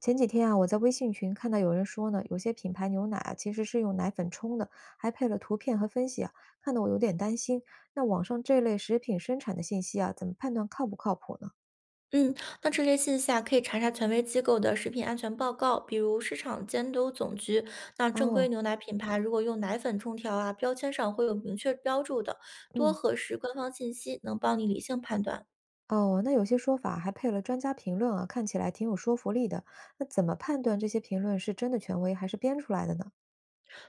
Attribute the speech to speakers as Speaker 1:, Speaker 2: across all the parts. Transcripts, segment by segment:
Speaker 1: 前几天啊，我在微信群看到有人说呢，有些品牌牛奶啊其实是用奶粉冲的，还配了图片和分析啊，看得我有点担心。那网上这类食品生产的信息啊，怎么判断靠不靠谱呢？
Speaker 2: 嗯，那这类信息啊，可以查查权威机构的食品安全报告，比如市场监督总局。那正规
Speaker 1: 哦。
Speaker 2: 牛奶品牌如果用奶粉冲调啊，标签上会有明确标注的，多
Speaker 1: 嗯。
Speaker 2: 核实官方信息，能帮你理性判断。
Speaker 1: 哦，那有些说法还配了专家评论啊，看起来挺有说服力的。那怎么判断这些评论是真的权威还是编出来的呢？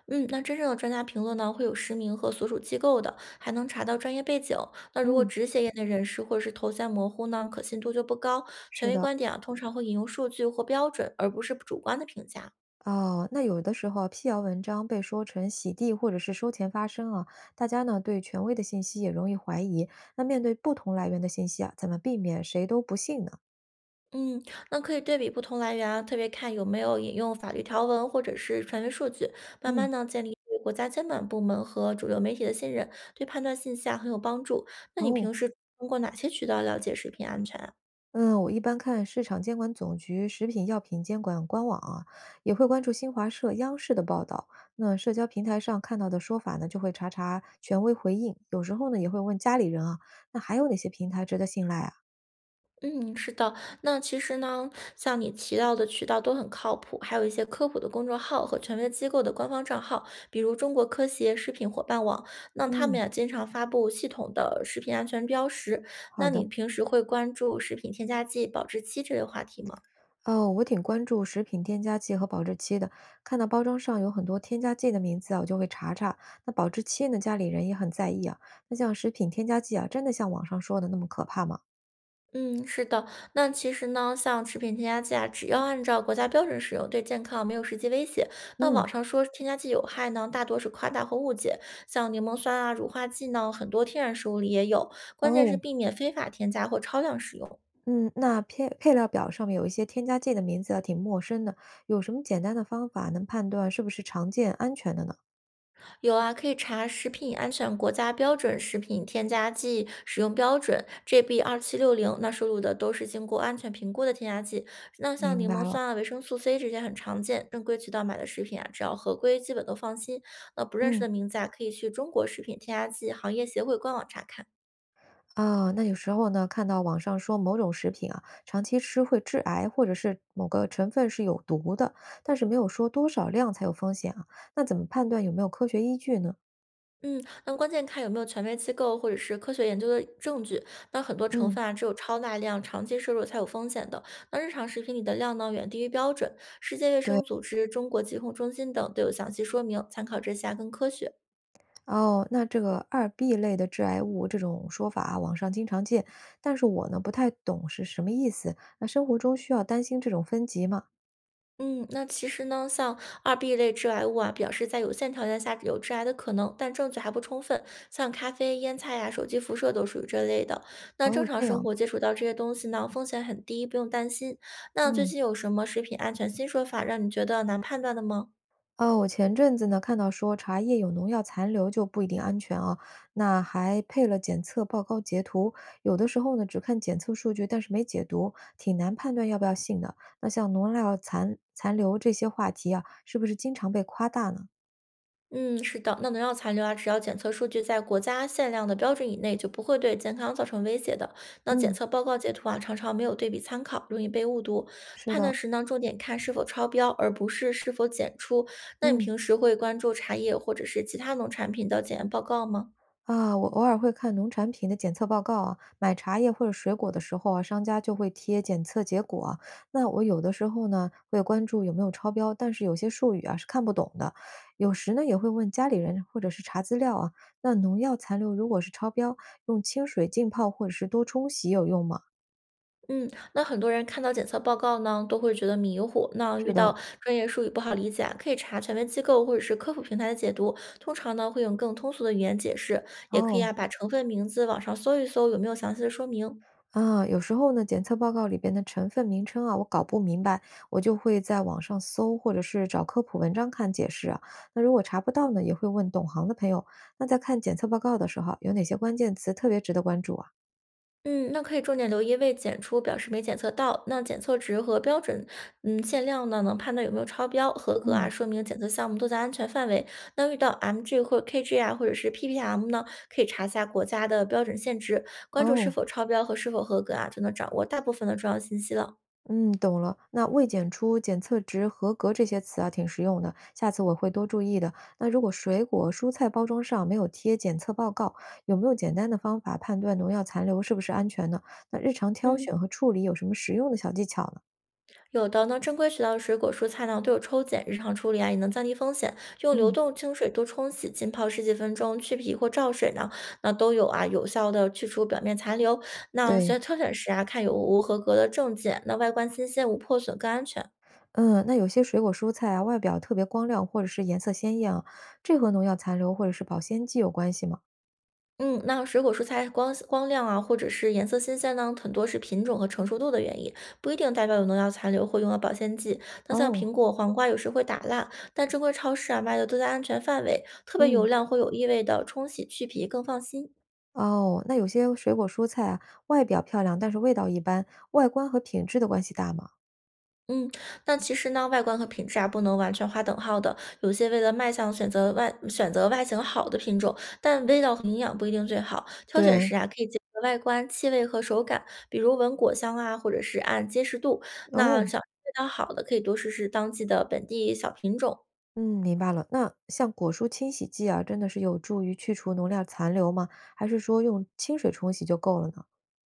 Speaker 2: 嗯，那真正的专家评论呢，会有实名和所属机构的，还能查到专业背景。那如果
Speaker 1: 嗯，
Speaker 2: 只写业内人士或者是头像模糊呢，可信度就不高。权
Speaker 1: 是
Speaker 2: 威
Speaker 1: 的。
Speaker 2: 观点啊，通常会引用数据或标准，而不是主观的评价。
Speaker 1: 哦，那有的时候辟谣文章被说成洗地或者是收钱发声啊，大家呢对权威的信息也容易怀疑。那面对不同来源的信息啊，怎么避免谁都不信呢？
Speaker 2: 嗯，那可以对比不同来源啊，特别看有没有引用法律条文或者是权威数据，慢
Speaker 1: 嗯。
Speaker 2: 慢呢建立对国家监管部门和主流媒体的信任，对判断信息啊很有帮助。那你平
Speaker 1: 哦，
Speaker 2: 时通过哪些渠道了解食品安全啊？
Speaker 1: 嗯，我一般看市场监管总局食品药品监管官网啊，也会关注新华社、央视的报道。那社交平台上看到的说法呢，就会查查权威回应，有时候呢也会问家里人啊。那还有哪些平台值得信赖啊？
Speaker 2: 嗯，是的。那其实呢，像你提到的渠道都很靠谱，还有一些科普的公众号和权威机构的官方账号，比如中国科协食品伙伴网，那他们
Speaker 1: 嗯，
Speaker 2: 也经常发布系统的食品安全标识。
Speaker 1: 好
Speaker 2: 那
Speaker 1: 的。
Speaker 2: 你平时会关注食品添加剂、保质期这类话题吗？
Speaker 1: 哦，我挺关注食品添加剂和保质期的，看到包装上有很多添加剂的名字啊，我就会查查。那保质期呢，家里人也很在意啊。那像食品添加剂啊，真的像网上说的那么可怕吗？
Speaker 2: 嗯，是的。那其实呢，像食品添加剂啊，只要按照国家标准使用，对健康没有实际威胁。那
Speaker 1: 嗯。
Speaker 2: 网上说添加剂有害呢，大多是夸大和误解。像柠檬酸啊、乳化剂呢，很多天然食物里也有。关键是
Speaker 1: 哦，
Speaker 2: 避免非法添加或超量使用。
Speaker 1: 嗯，那配料表上面有一些添加剂的名字啊，挺陌生的，有什么简单的方法能判断是不是常见、安全的呢？
Speaker 2: 有啊，可以查食品安全国家标准、食品添加剂使用标准 GB 2760，那收录的都是经过安全评估的添加剂。那像
Speaker 1: 明
Speaker 2: 柠
Speaker 1: 白
Speaker 2: 檬
Speaker 1: 了。
Speaker 2: 酸啊、维生素 C 这些很常见，正规渠道买的食品啊，只要合规，基本都放心。那不认识
Speaker 1: 嗯。
Speaker 2: 的名字啊，可以去中国食品添加剂行业协会官网查看。
Speaker 1: 啊，那有时候呢，看到网上说某种食品啊，长期吃会致癌，或者是某个成分是有毒的，但是没有说多少量才有风险啊，那怎么判断有没有科学依据呢？
Speaker 2: 嗯，那关键看有没有权威机构或者是科学研究的证据。那很多成
Speaker 1: 嗯，
Speaker 2: 分啊，只有超大量、长期摄入才有风险的。那日常食品里的量呢，远低于标准。世界卫
Speaker 1: 对。
Speaker 2: 生组织、中国疾控中心等都有详细说明，参考之下更科学。
Speaker 1: 哦，那这个二 B 类的致癌物这种说法啊，网上经常见，但是我呢不太懂是什么意思，那生活中需要担心这种分级吗？
Speaker 2: 嗯，那其实呢，像二 B 类致癌物啊，表示在有限条件下有致癌的可能，但证据还不充分。像咖啡、烟菜呀、手机辐射都属于这类的。那正
Speaker 1: 哦，
Speaker 2: 常
Speaker 1: 这
Speaker 2: 生
Speaker 1: 样。
Speaker 2: 活接触到这些东西呢，风险很低，不用担心。那最
Speaker 1: 嗯。
Speaker 2: 近有什么食品安全新说法，让你觉得难判断的吗？
Speaker 1: 哦，我前阵子呢看到说茶叶有农药残留就不一定安全啊，那还配了检测报告截图，有的时候呢只看检测数据，但是没解读，挺难判断要不要信的。那像农药残留这些话题啊，是不是经常被夸大呢？
Speaker 2: 嗯，是的，那农药残留啊，只要检测数据在国家限量的标准以内，就不会对健康造成威胁的。那检
Speaker 1: 嗯，
Speaker 2: 测报告截图啊，常常没有对比参考，容易被误读。
Speaker 1: 是
Speaker 2: 判断
Speaker 1: 的。
Speaker 2: 时呢，重点看是否超标，而不是是否检出。那你
Speaker 1: 嗯。
Speaker 2: 平时会关注茶叶或者是其他农产品的检验报告吗？
Speaker 1: 啊，我偶尔会看农产品的检测报告啊，买茶叶或者水果的时候啊，商家就会贴检测结果啊。那我有的时候呢，会关注有没有超标，但是有些术语啊是看不懂的。有时呢，也会问家里人或者是查资料啊。那农药残留如果是超标，用清水浸泡或者是多冲洗有用吗？
Speaker 2: 嗯，那很多人看到检测报告呢，都会觉得迷糊。那
Speaker 1: 是
Speaker 2: 遇
Speaker 1: 的。
Speaker 2: 到专业术语不好理解啊，可以查权威机构或者是科普平台的解读，通常呢会用更通俗的语言解释，也可以
Speaker 1: 哦。
Speaker 2: 啊把成分名字网上搜一搜，有没有详细的说明。
Speaker 1: 啊，有时候呢，检测报告里边的成分名称啊，我搞不明白，我就会在网上搜，或者是找科普文章看解释啊。那如果查不到呢，也会问懂行的朋友。那在看检测报告的时候啊有哪些关键词特别值得关注啊？
Speaker 2: 嗯，那可以重点留意未检出，表示没检测到。那检测值和标准，嗯，限量呢，能判断有没有超标合格啊，
Speaker 1: 嗯。
Speaker 2: 说明检测项目都在安全范围。那遇到 MG 或 KG 啊，或者是 ppm 呢，可以查下国家的标准限值，关注是
Speaker 1: 哦，
Speaker 2: 否超标和是否合格啊，就能掌握大部分的重要信息了。
Speaker 1: 嗯，懂了。那未检出、检测值、合格这些词啊，挺实用的，下次我会多注意的。那如果水果、蔬菜包装上没有贴检测报告，有没有简单的方法判断农药残留是不是安全呢？那日常挑
Speaker 2: 嗯。
Speaker 1: 选和处理有什么实用的小技巧呢？
Speaker 2: 有的呢，正规渠道的水果蔬菜呢都有抽检，日常处理啊也能降低风险。用流
Speaker 1: 嗯，
Speaker 2: 动清水多冲洗、浸泡十几分钟，去皮或照水呢，那都有啊有效的去除表面残留。那
Speaker 1: 对。
Speaker 2: 选挑选时啊，看有无合格的证件，那外观新鲜无破损更安全。
Speaker 1: 嗯，那有些水果蔬菜啊，外表特别光亮或者是颜色鲜艳啊，这和农药残留或者是保鲜剂有关系吗？
Speaker 2: 嗯，那水果蔬菜光光亮啊，或者是颜色新鲜呢，很多是品种和成熟度的原因，不一定代表有农药残留或用了保鲜剂。那像
Speaker 1: 哦。
Speaker 2: 苹果、黄瓜有时会打蜡，但正规超市啊卖的都在安全范围，特别
Speaker 1: 嗯。
Speaker 2: 油亮或有异味的，冲洗去皮更放心。
Speaker 1: 哦，那有些水果蔬菜啊，外表漂亮，但是味道一般，外观和品质的关系大吗？
Speaker 2: 嗯，那其实呢，外观和品质啊，不能完全划等号的。有些为了卖相，选择外形好的品种，但味道和营养不一定最好。挑选
Speaker 1: 对。
Speaker 2: 时啊，可以结合外观、气味和手感，比如闻果香啊，或者是按结实度。那
Speaker 1: 哦，
Speaker 2: 想吃味道好的，可以多试试当季的本地小品种，
Speaker 1: 嗯，明白了。那像果蔬清洗剂啊，真的是有助于去除农药残留吗？还是说用清水冲洗就够了呢？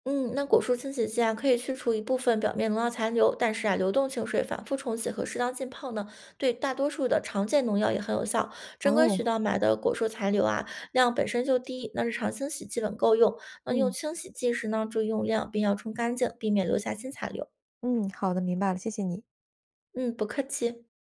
Speaker 2: 嗯，那果蔬清洗剂啊，可以去除一部分表面农药残留，但是啊，流动清水反复冲洗和适当浸泡呢，对大多数的常见农药也很有效。正规
Speaker 1: 哦，
Speaker 2: 渠道买的果蔬残留啊，量本身就低，那日常清洗基本够用。那用
Speaker 1: 嗯
Speaker 2: 清洗剂时呢，注意用量，并要冲干净，避免留下新残留。
Speaker 1: 嗯，好的，明白了，谢谢你。
Speaker 2: 嗯，不客气。